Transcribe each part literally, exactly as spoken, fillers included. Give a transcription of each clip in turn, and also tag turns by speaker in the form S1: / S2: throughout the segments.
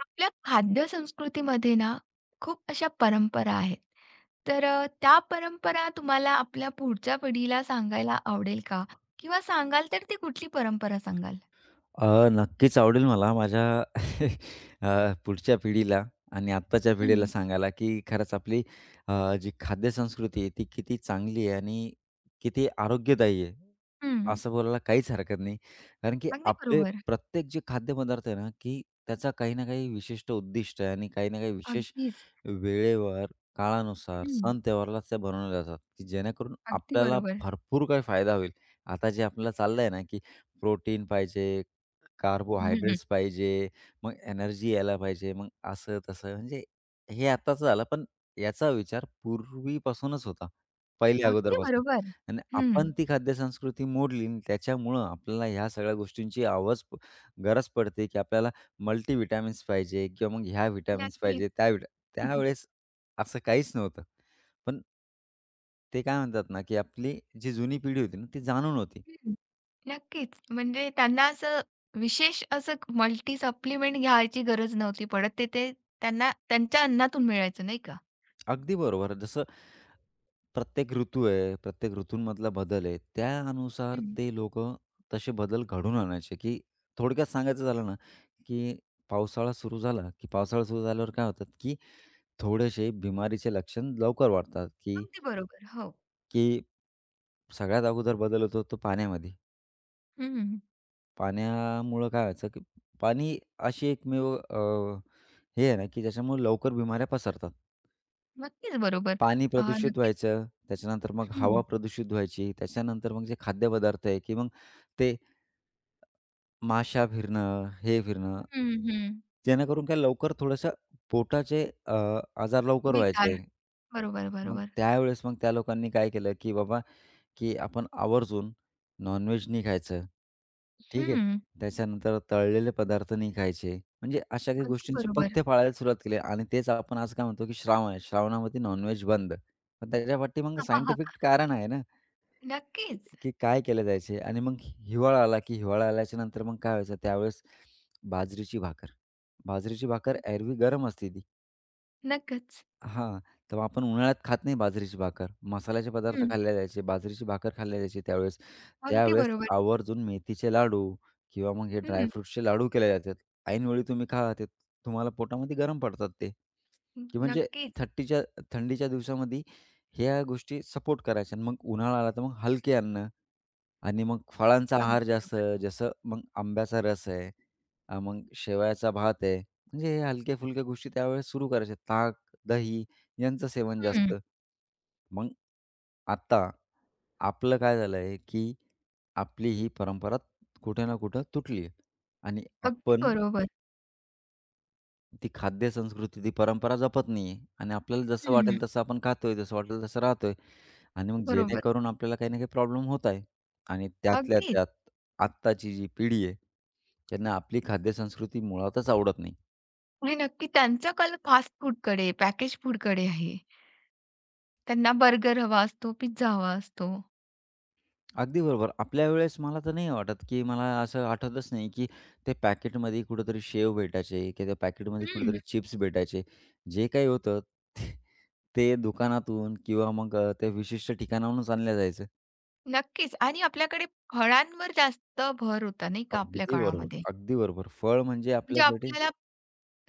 S1: आपल्या खाद्य संस्कृतीमध्ये ना, खूप अशा परंपरा आहेत. तर अ, त्या परंपरा तुम्हाला आपल्या पुढच्या पिढीला सांगायला आवडेल का? किंवा सांगाल तर ती कुठली परंपरा सांगाल?
S2: अ, नक्कीच आवडेल मला माझ्या. अ, पुढच्या पिढीला आणि आत्ताच्या पिढीला
S1: हं,
S2: सांगायला, की खरंच आपली अ, जी खाद्यसंस्कृती आहे ती किती चांगली आहे आणि किती आरोग्यदायी आहे,
S1: हं.
S2: असं बोलायला काहीच हरकत नाही. कारण की
S1: अगदी
S2: आपले
S1: बरोबर.
S2: प्रत्येक जे खाद्यपदार्थ आहे ना, की त्याचा काही ना काही विशिष्ट उद्दिष्ट आहे आणि काही ना काही विशेष
S1: अगदीच.
S2: वेळेवर, काळानुसार,
S1: हं.
S2: सण त्योहारालाच ते बनवले जातात, की जेणेकरून
S1: अगदी
S2: आपल्याला
S1: बरोबर.
S2: भरपूर काही फायदा होईल. आता जे आपल्याला चाललं ना, की प्रोटीन पाहिजे,
S1: हं, हं.
S2: कार्बोहायड्रेट्स पाहिजे, मग एनर्जी यायला पाहिजे, मग असं-तसं म्हणजे हे आत्ताचं झालं, पण याचा विचार पूर्वीपासूनच होता, पहिले
S1: अगदी
S2: अगोदरपासून.
S1: बरोबर.
S2: आणि
S1: हं.
S2: आपण ती खाद्यसंस्कृती मोडली आणि त्याच्यामुळं आपल्याला ह्या सगळ्या गोष्टींची आवाज प- गरज पडते, की आपल्याला मल्टीव्हिटॅमिन्स पाहिजे किंवा मग ह्या व्हिटॅमिन्स
S1: नक्कीच.
S2: पाहिजे, त्या व्हिटॅ
S1: हं, हं.
S2: त्यावेळेस असं काहीच नव्हतं. पण ते काय म्हणतात ना, की आपली जी जुनी पिढी होती ना, ती जाणून होती.
S1: हं. नक्कीच. म्हणजे त्यांना असं विशेष असं मल्टी सप्लिमेंट घ्यायची गरज नव्हती पडत. ते ते त्यांना त्यांच्या अन्नातून मिळायचं नाही का?
S2: अगदी बरोबर. जसं प्रत्येक ऋतू आहे, प्रत्येक ऋतूंमधला बदल आहे. त्या अनुसार
S1: हं.
S2: ते लोक तसे बदल घडवून आणायचे, की थोडक्यात सांगायचं झालं ना, की पावसाळा सुरू झाला, की पावसाळा सुरू झाल्यावर काय होतात, की थोडेसे बिमारीचे लक्षण लवकर वाढतात, की
S1: अगदी बरोबर. हो.
S2: की सगळ्यात अगोदर बदल होतो तो पाण्यामध्ये.
S1: हं, हं, हं.
S2: पाण्यामुळं काय व्हायचं, की पाणी अशी एकमेव अ, हे आहे ना, की ज्याच्यामुळे लवकर बिमाऱ्या पसरतात.
S1: नक्कीच बरोबर.
S2: पाणी
S1: अ,
S2: प्रदूषित
S1: नक्कीच.
S2: व्हायचं, त्याच्यानंतर मग हवा
S1: हं,
S2: प्रदूषित व्हायची, त्याच्यानंतर मग जे खाद्यपदार्थ आहे, की मग ते माशा फिरणं, हे फिरणं,
S1: हं, हं.
S2: जेणेकरून काय लवकर थोडंसं पोटाचे अ, आजार लवकर व्हायचे.
S1: बेकार. बरोबर,
S2: मग
S1: बरोबर.
S2: त्यावेळेस मग त्या लोकांनी काय केलं, की बाबा, की आपण आवर्जून नॉन-व्हेज नाही खायचं. ठीक आहे.
S1: हं.
S2: त्याच्यानंतर तळलेले पदार्थ नाही खायचे. म्हणजे अशा काही
S1: अगदी
S2: गोष्टींचे
S1: बरोबर.
S2: पथ्य पाळायला सुरुवात केली आणि तेच आपण आज काय म्हणतो, की श्रावण आहे. श्रावणामध्ये नॉन बंद. पण त्याच्यापाठी मग सायंटिफिक कारण आहे ना.
S1: नक्कीच.
S2: की काय केले जायचे आणि मग हिवाळा आला, की हिवाळा आल्याच्या नंतर मग काय व्हायचं त्यावेळेस बाजरीची भाकर. बाजरीची भाकर एरवी गरम असते ती.
S1: नक्कीच.
S2: हां, तर मग आपण उन्हाळ्यात खात नाही बाजरीची भाकर. मसाल्याचे पदार्थ
S1: हं.
S2: खाल्ले जायचे, बाजरीची भाकर खाल्ली जायची त्यावेळेस.
S1: अगदी
S2: त्यावेळेस
S1: बरोबर.
S2: आवर्जून मेथीचे लाडू किंवा मग हे
S1: हं.
S2: ड्रायफ्रुट्सचे लाडू केले जातात. ऐनवेळी तुम्ही खा ते तुम्हाला पोटामध्ये गरम पडतात ते. की म्हणजे
S1: नक्कीच.
S2: थट्टीच्या थंडीच्या दिवसामध्ये ह्या गोष्टी सपोर्ट करायच्या आणि मग उन्हाळा आला तर मग हलके अन्न. आणि मग फळांचा आहार
S1: अगदी
S2: जास्त,
S1: बरोबर.
S2: जसं मग आंब्याचा रस आहे, अ, मग शेवयाचा भात आहे. म्हणजे हे हलक्या-फुलक्या गोष्टी त्यावेळेस सुरू करायच्या. ताक, दही यांचं सेवन
S1: हं.
S2: जास्त. मग आता आपलं काय झालंय, की आपली ही परंपरा कुठे ना कुठं तुटली आहे आणि
S1: अगदी
S2: आपण
S1: बरोबर.
S2: ती खाद्य संस्कृती, ती परंपरा जपत नाही आणि आपल्याला जसं
S1: हं.
S2: वाटेल तसं आपण खातोय, जसं वाटेल तसं राहतोय. आणि मग
S1: बरोबर.
S2: जेणेकरून आपल्याला काही ना काही प्रॉब्लेम होत आहे. आणि त्यातल्या
S1: अगदीच.
S2: त्यात आत्ताची जी पिढी आहे, त्यांना आपली खाद्यसंस्कृती मुळातच आवडत नाही.
S1: आणि नक्की त्यांचा कल फास्ट फूडकडे, पॅकेज फूडकडे आहे. त्यांना बर्गर हवा असतो, पिझ्झा हवा असतो.
S2: अगदी बरोबर. आपल्या वेळेस मला तर नाही वाटत, की मला असं आठवतच नाही, की ते पॅकेटमध्ये कुठेतरी शेव भेटायचे किंवा त्या पॅकेटमध्ये कुठेतरी
S1: हं.
S2: चिप्स भेटायचे. जे काही होतं ते ते दुकानातून किंवा मग अ, त्या विशिष्ट ठिकाणाहूनच आणलं जायचं.
S1: नक्कीच, आणि आपल्याकडे फळांवर जास्त भर होता नाही का आपल्या
S2: अगदी बरोबर,
S1: काळामध्ये.
S2: अगदी बरोबर. फळ म्हणजे
S1: म्हणजे
S2: आपल्यासाठी
S1: आपल्याला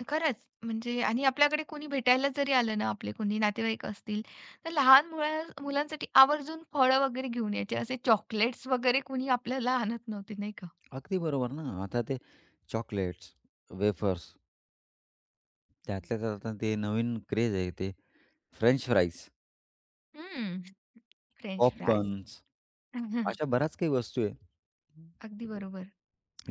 S1: खरंच, म्हणजे आणि आपल्याकडे कोणी भेटायला जरी आलं ना, आपले कोणी नातेवाईक असतील, तर लहान मुला मुलांसाठी आवर्जून फळं वगैरे घेऊन यायचे. असे चॉकलेट्स वगैरे कोणी आपल्याला आणत नव्हते नाही का?
S2: अगदी बरोबर ना. आता ते चॉकलेट्स, वेफर्स त्यातल्या त्यात आता ते नवीन क्रेज आहे ते फ्रेंच फ्राईज,
S1: हं. French fries.
S2: पॉपकॉर्न्स अशा बऱ्याच काही वस्तू आहे
S1: अगदी बरोबर.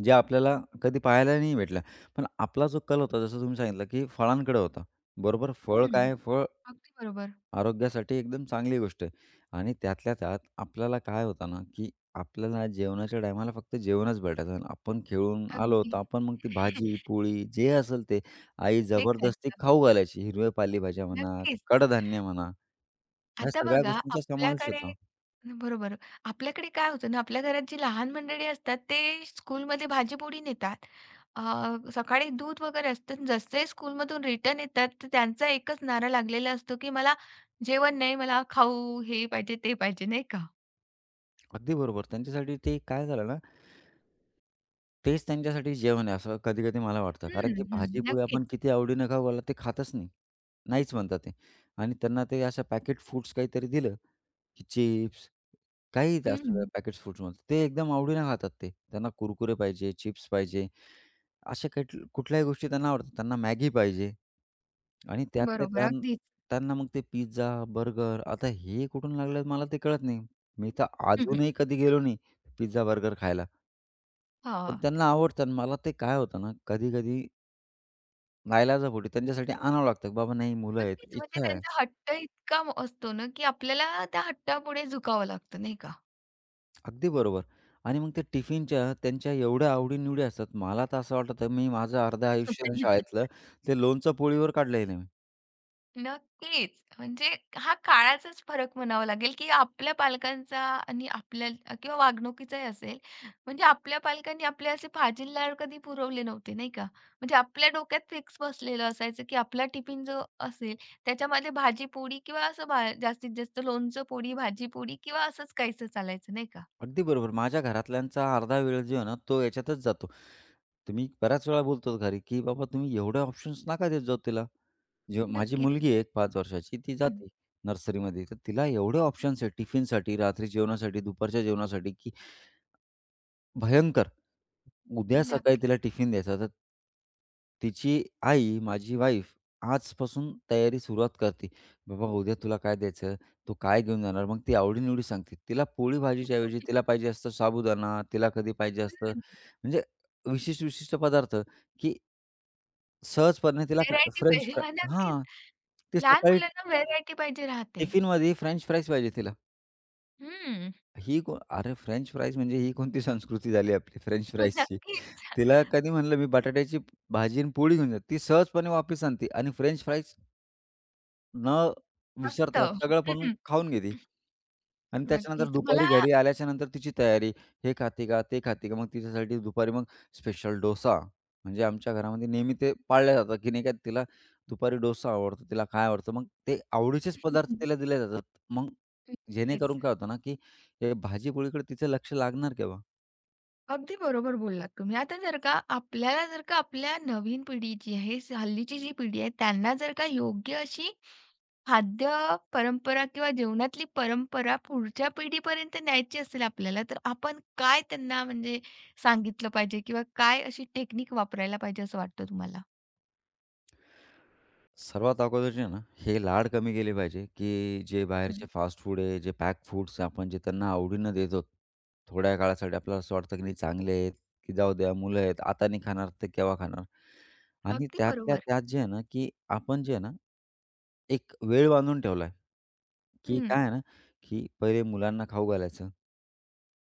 S2: ज्या आपल्याला कधी पाहायला नाही भेटल्या. पण आपला जो कल होता जसं तुम्ही सांगितलं, की फळांकडे होता. बरोबर फळ
S1: हं.
S2: काय आहे? फळ
S1: अगदी बरोबर.
S2: आरोग्यासाठी एकदम चांगली गोष्ट आहे आणि त्यातल्या त्यात आपल्याला काय होतं ना, की आपल्याला जेवणाच्या टायमाला फक्त जेवणच भेटायचं. आपण खेळून आलो
S1: अगदी.
S2: तर आपण मग ती भाजी, पोळी जे असेल ते आई
S1: ते
S2: जबरदस्ती
S1: खायचं.
S2: खाऊ घालायची. हिरव्या पालेभाज्या म्हणा,
S1: नक्कीच.
S2: कडधान्य म्हणा. ह्या
S1: आता
S2: सगळ्या
S1: बघा
S2: गोष्टींचा समावेश
S1: आपल्याकडे.
S2: होता.
S1: बरोबर. आपल्याकडे काय होतं ना, आपल्या घरात जी लहान मंडळी असतात, ते स्कूलमध्ये भाजी-पोळी नेतात. अ, सकाळी दूध वगैरे असतं. जसे स्कूलमधून रिटर्न येतात, तर त्यांचा एकच नारा लागलेला असतो, की "मला जेवण नाही, मला खाऊ, हे पाहिजे, ते पाहिजे." नाही का?
S2: अगदी बरोबर. त्यांच्यासाठी ते काय झालं ना, तेच त्यांच्यासाठी जेवण आहे असं कधी-कधी मला वाटतं. कारण
S1: हं,
S2: की
S1: हं.
S2: भाजी
S1: नक्कीच.
S2: आपण किती आवडीनं खाऊ घालू ते खातच नाही. नाहीच म्हणतात ते आणि त्यांना ते अशा पॅकेट फूड्स काहीतरी दिलं, की चिप्स, काहीही असू द्या
S1: हं.
S2: पॅकेट फूड्समध्ये ते एकदम आवडीनं खातात ते. त्यांना कुरकुरे पाहिजे, चिप्स पाहिजे. अशा केट कुठल्याही गोष्टी त्यांना आवडतात. त्यांना मॅगी पाहिजे आणि त्यातल्या
S1: बरोबर.
S2: त्यां
S1: अगदीच.
S2: त्यांना मग ते पिझ्झा, बर्गर आता हे कुठून लागलं मला ते कळत नाही. मी तर
S1: हं, हं.
S2: अजूनही कधी गेलो नाही पिझ्झा, बर्गर खायला. पण
S1: हां.
S2: त्यांना आवडतं आणि मला ते काय होतं ना, कधी-कधी नाईलाजापोटी त्यांच्यासाठी आणावं लागतं, बाबा नाही मुलं आहेत,
S1: नक्कीच. म्हणजे
S2: इच्छा आहे.
S1: त्यांचा हट्ट इतका म- असतो ना, की आपल्याला त्या हट्टापुढे झुकावं लागतं, नाही का?
S2: अगदी बरोबर आणि मग ते टिफिनच्या त्यांच्या एवढ्या आवडी असतात. मला तर असं वाटतं मी माझं अर्ध आयुष्य शाळेतलं ते लोणचं पोळीवर काढलेलं.
S1: नक्कीच. म्हणजे हा काळाचाच फरक म्हणावा लागेल, की आपल्या पालकांचा आणि आपल्या किंवा वागणुकीचाही असेल. म्हणजे आपल्या पालकांनी आपले असे फाजील लाड कधी पुरवले नव्हते, नाही का? म्हणजे आपल्या डोक्यात फिक्स बसलेलं असायचं, की आपला टिफिन जो असेल त्याच्यामध्ये भाजी, पोळी किंवा असं भा जास्तीत जास्त लोणचं, पोळी, भाजी, पोळी किंवा असंच काहीसं चालायचं, नाही का?
S2: अगदी बरोबर. माझ्या घरातल्यांचा अर्धा वेळ जो आहे ना, तो याच्यातच जातो. तुम्ही बऱ्याच वेळा बोलतो घरी, की "बाबा तुम्ही एवढे ऑप्शन्स नका देत जाऊ तिला." जेव्हा माझी
S1: नक्कीच.
S2: मुलगी आहे पाच वर्षाची, ती
S1: हं.
S2: जाते नर्सरीमध्ये. तर तिला एवढे ऑप्शन्स आहेत टिफिनसाठी, रात्री जेवणासाठी, दुपारच्या जेवणासाठी, की भयंकर. उद्या सकाळी
S1: नक्कीच.
S2: तिला टिफिन द्यायचा तर तिची आई, माझी वाईफ आजपासून तयारी सुरुवात करते. "बाबा उद्या तुला काय द्यायचं? तू काय घेऊन जाणार?" मग ती आवडी-निवडी सांगते. तिला पोळी भाजीच्या ऐवजी तिला पाहिजे असतं साबुदाणा, तिला कधी पाहिजे असतं म्हणजे विशिष्ट-विशिष्ट पदार्थ, की सहजपणे तिला
S1: व्हेरायटी
S2: फ्रेंच
S1: पाहिजे. हां,
S2: फ्राय
S1: नक्कीच.
S2: हां, ते
S1: लहान
S2: सकाळी
S1: मुलांना व्हेरायटी पाहिजे राहते.
S2: टिफिनमध्ये फ्रेंच फ्राईज पाहिजे तिला.
S1: हं.
S2: ही को अरे फ्रेंच फ्राईज म्हणजे ही कोणती संस्कृती झाली आपली फ्रेंच फ्राईजची.
S1: नक्कीच.
S2: तिला कधी म्हणलं मी बटाट्याची भाजी आणि पोळी घेऊन जा. ती सहजपणे वापस आणते आणि फ्रेंच फ्राईज न विसरता
S1: असतं.
S2: सगळं पण खाऊन घेते. आणि त्याच्यानंतर
S1: नक्कीच.
S2: दुपारी
S1: मला.
S2: घरी आल्याच्या नंतर तिची तयारी. हे खाते का? ते खाते का? मग तिच्यासाठी दुपारी मग स्पेशल डोसा. म्हणजे आमच्या घरामध्ये नेहमी ते पाळल्या जातात, की नाही का तिला दुपारी डोसा आवडतो, तिला काय आवडतं, मग ते आवडीचेच पदार्थ तिला दिले जातात. मग
S1: नक्कीच.
S2: जेणेकरून काय होतं ना, की हे भाजी तिचं लक्ष लागणार केव्हा?
S1: अगदी बरोबर बोललात तुम्ही. आता जर का आपल्याला जर का आपल्या नवीन पिढी जी आहे, स- हल्लीची जी पिढी आहे, त्यांना जर का योग्य अशी खाद्य परंपरा किंवा जेवणातली परंपरा पुढच्या पिढीपर्यंत न्यायची असेल आपल्याला, तर आपण काय त्यांना म्हणजे सांगितलं पाहिजे किंवा काय अशी टेक्निक वापरायला पाहिजे असं वाटतं तुम्हाला?
S2: सर्वात अगोदर जे आहे ना, हे लाड कमी केले पाहिजे, की जे
S1: हं.
S2: बाहेरचे फास्ट फूड आहे, जे पॅक फूड्स आपण जे त्यांना आवडीनं देतो. थोड्या काळासाठी आपल्याला असं वाटतं, की नाही चांगले आहेत, की जाऊ द्या मुलं आहेत, आता नाही खाणार तर केव्हा खाणार? आणि
S1: अगदी
S2: त्यातल्या
S1: बरोबर.
S2: त्यात जे आहे ना, की आपण जे आहे ना, एक वेळ बांधून ठेवलाय, की
S1: हं.
S2: काय आहे ना की पहिले मुलांना खाऊ घालायचं.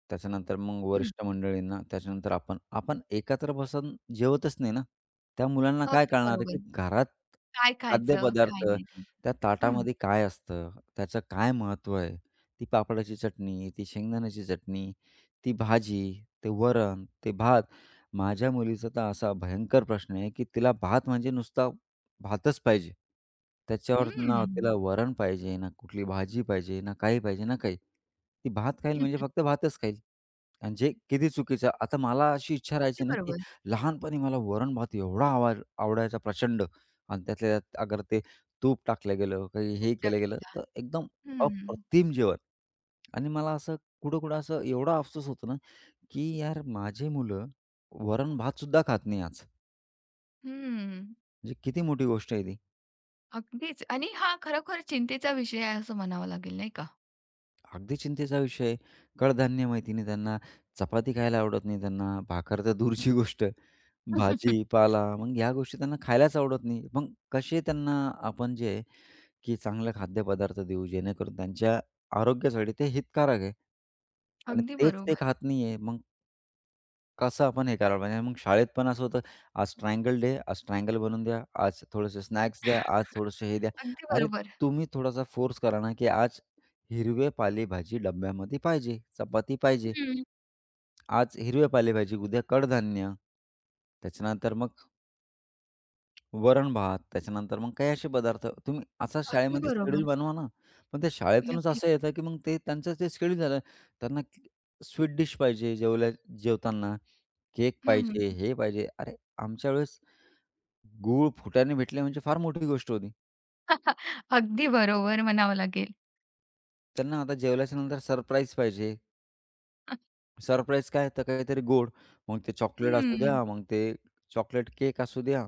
S2: त्याच्यानंतर मग
S1: हं.
S2: वरिष्ठ मंडळींना, त्याच्यानंतर आपण. आपण एकत्र बसून जेवतच नाही ना. त्या मुलांना काय
S1: अगदी
S2: कळणार आहे, की
S1: बरोबर.
S2: घरात
S1: काय खायचं, काय
S2: खाद्यपदार्थ,
S1: नाही खायचं.
S2: त्या ताटामध्ये काय असतं, त्याचं काय महत्त्व आहे. ती पापडाची चटणी, ती शेंगदाण्याची चटणी, ती भाजी, ते वरण, ते भात. माझ्या मुलीचा तर असा भयंकर प्रश्न आहे, की तिला भात म्हणजे नुसता भातच पाहिजे. त्याच्यावर ना तिला
S1: हम्म.
S2: वरण पाहिजे, ना कुठली भाजी पाहिजे, ना काही पाहिजे, ना काही. ती भात खाईल म्हणजे फक्त भातच खाईल आणि जे किती चुकीचं. आता मला अशी इच्छा राहायची
S1: अगदी
S2: ना, की
S1: बरोबर.
S2: लहानपणी मला वरण-भात एवढा आवा आवडायचा प्रचंड आणि त्यातल्या त्यात अगर ते तूप टाकलं गेलं, काही
S1: तूप
S2: हे केलं गेलं,
S1: टाकलेला.
S2: तर एकदम
S1: हं,
S2: अप्रतिम जेवण आणि मला असं कुठं-कुठं असं एवढा अफसोस होतो ना, की यार माझी मुलं वरण-भात सुद्धा खात नाही आज.
S1: हं.
S2: म्हणजे किती मोठी गोष्ट आहे ती.
S1: अगदीच, आणि हा खरोखर चिंतेचा विषय आहे असं म्हणावं लागेल नाही का?
S2: अगदी चिंतेचा विषय आहे. कडधान्य माहिती नाही त्यांना, चपाती खायला आवडत नाही त्यांना, भाकर तर दूरची गोष्ट. भाजी, पाला मग ह्या गोष्टी त्यांना खायलाच आवडत नाही. मग कसे त्यांना आपण जे आहे, की चांगले खाद्यपदार्थ देऊ जेणेकरून त्यांच्या आरोग्यासाठी ते हितकारक आहे आणि
S1: अगदी
S2: तेच ते
S1: बरोबर,
S2: खात नाहीये. मग कसं आपण हे करायला पाहिजे? मग शाळेत पण असं होतं, आज ट्रायंगल डे, आज ट्रायंगल बनवून द्या, आज थोडेसे स्नॅक्स द्या, आज थोडंसं हे द्या.
S1: अगदी
S2: अरे,
S1: बरोबर.
S2: तुम्ही थोडासा फोर्स करा ना, की आज हिरवे पालेभाजी डब्यामध्ये पाहिजे, चपाती पाहिजे.
S1: हं,
S2: आज हिरवे पालेभाजी, उद्या कडधान्य. त्याच्यानंतर मग वरण-भात, त्याच्यानंतर मग काही असे पदार्थ तुम्ही असा
S1: अगदी
S2: शाळेमध्ये शेड्यूल
S1: बरोबर.
S2: बनवा ना. पण त्या शाळेतूनच
S1: नक्कीच.
S2: असं येतं, की मग ते त्यांचं ते शेड्यूल झालं. त्यांना स्वीट डिश पाहिजे जेवल्या जेवताना, केक पाहिजे,
S1: हं.
S2: हे पाहिजे. अरे, आमच्या वेळेस गूळ फुटाने भेटले म्हणजे फार मोठी गोष्ट होती.
S1: अगदी बरोबर म्हणावं लागेल.
S2: त्यांना आता जेवल्याच्या नंतर सरप्राईज पाहिजे. सरप्राईज काय तर काहीतरी गोड. मग ते चॉकलेट असू
S1: हं.
S2: द्या, मग ते चॉकलेट केक असू द्या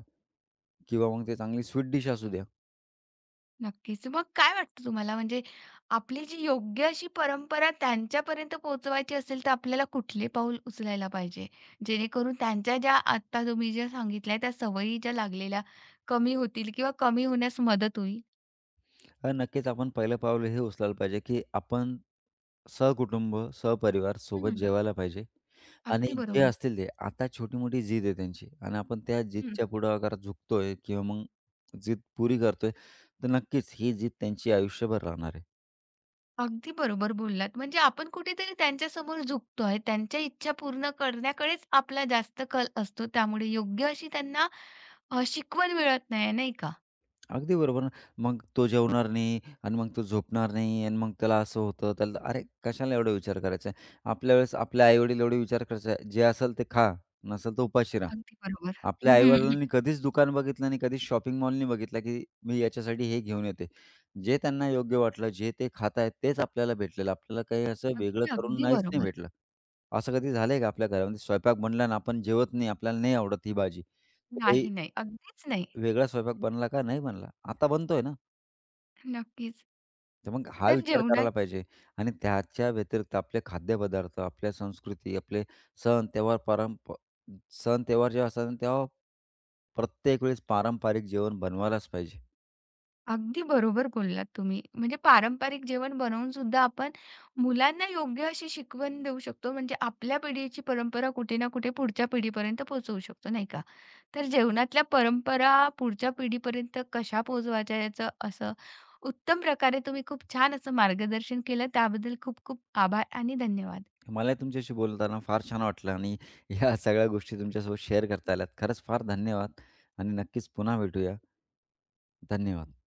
S2: किंवा मग ते चांगली स्वीट डिश असू द्या.
S1: नक्कीच. मग काय वाटतं तुम्हाला, म्हणजे आपली जी योग्य अशी परंपरा त्यांच्यापर्यंत पोहोचवायची असेल तर आपल्याला कुठले पाऊल उचलायला पाहिजे? जेणेकरून त्यांच्या ज्या आत्ता तुम्ही ज्या सांगितल्या त्या सवयी ज्या लागलेल्या, कमी होतील किंवा कमी होण्यास मदत होईल?
S2: तर नक्कीच आपण पहिलं पाऊल हे उचलायला पाहिजे, की आपण सहकुटुंब, सहपरिवार सोबत
S1: हं.
S2: जेवायला पाहिजे आणि
S1: अगदी
S2: जे
S1: बरोबर.
S2: असतील ते आता छोटी-मोठी जिद आहे त्यांची आणि आपण त्या
S1: हं.
S2: जिदच्या पुढाकारात झुकतोय किंवा मग जिद पुरी करतोय, तर नक्कीच ही जिद त्यांची आयुष्यभर राहणार आहे.
S1: अगदी बरोबर बोललात. म्हणजे आपण कुठेतरी त्यांच्यासमोर झुकतो आहे. त्यांच्या इच्छा पूर्ण करण्याकडेच आपला जास्त कल असतो. त्यामुळे योग्य अशी त्यांना अ, शिकवण मिळत नाही, नाही का?
S2: अगदी बरोबर ना. मग तो जेवणार नाही आणि मग तो झोपणार नाही आणि मग त्याला असं होतं, त्याला अरे कशाला एवढा विचार करायचा आहे. आपल्या वेळेस आपले आई एवढे विचार करायचे, जे असेल ते खा, नसेल तर उपाशी राहा.
S1: अगदी बरोबर.
S2: आपल्या
S1: हम्म.
S2: आई-वडिलांनी कधीच दुकान बघितलं आणि कधीच शॉपिंग मॉलनी नाही बघितला, की मी याच्यासाठी हे घेऊन येते. जे त्यांना योग्य वाटलं, जे ते खात आहेत तेच आपल्याला भेटलेलं. आपल्याला काही असं वेगळं
S1: अगदी,
S2: करून
S1: अगदी
S2: नाहीच नाही
S1: बरोबर.
S2: भेटलं. असं कधी झालंय का आपल्या घरामध्ये स्वयंपाक बनला आणि आपण जेवत नाही, आपल्याला नाही आवडत ही भाजी. तर काही
S1: नाही, नाही. अगदीच नाही.
S2: वेगळा स्वयंपाक बनला का? नाही बनला. आता बनतोय ना.
S1: नक्कीच.
S2: तर मग हा
S1: तर
S2: विचार
S1: जेवणात.
S2: करायला पाहिजे आणि त्याच्या व्यतिरिक्त आपले खाद्यपदार्थ, आपल्या संस्कृती, आपले सण, त्योहार, परंप सण, त्योहार जेव्हा असतात ना, तेव्हा प्रत्येक वेळेस पारंपरिक जेवण बनवायलाच पाहिजे.
S1: अगदी बरोबर बोललात तुम्ही. म्हणजे पारंपरिक जेवण बनवून सुद्धा आपण मुलांना योग्य अशी शिकवण देऊ शकतो. म्हणजे आपल्या पिढीची परंपरा कुठे ना कुठे पुढच्या पिढीपर्यंत पोहोचवू शकतो, नाही का? तर जेवणातल्या परंपरा पुढच्या पिढीपर्यंत कशा पोहोचवायच्या याचं असं उत्तम प्रकारे तुम्ही खूप छान असं मार्गदर्शन केलं. त्याबद्दल खूप खूप आभार आणि धन्यवाद.
S2: मलाही तुमच्याशी बोलताना फार छान वाटलं आणि ह्या सगळ्या गोष्टी तुमच्यासोबत शेअर करता आल्यात. खरंच फार धन्यवाद आणि नक्कीच पुन्हा भेटूया. धन्यवाद.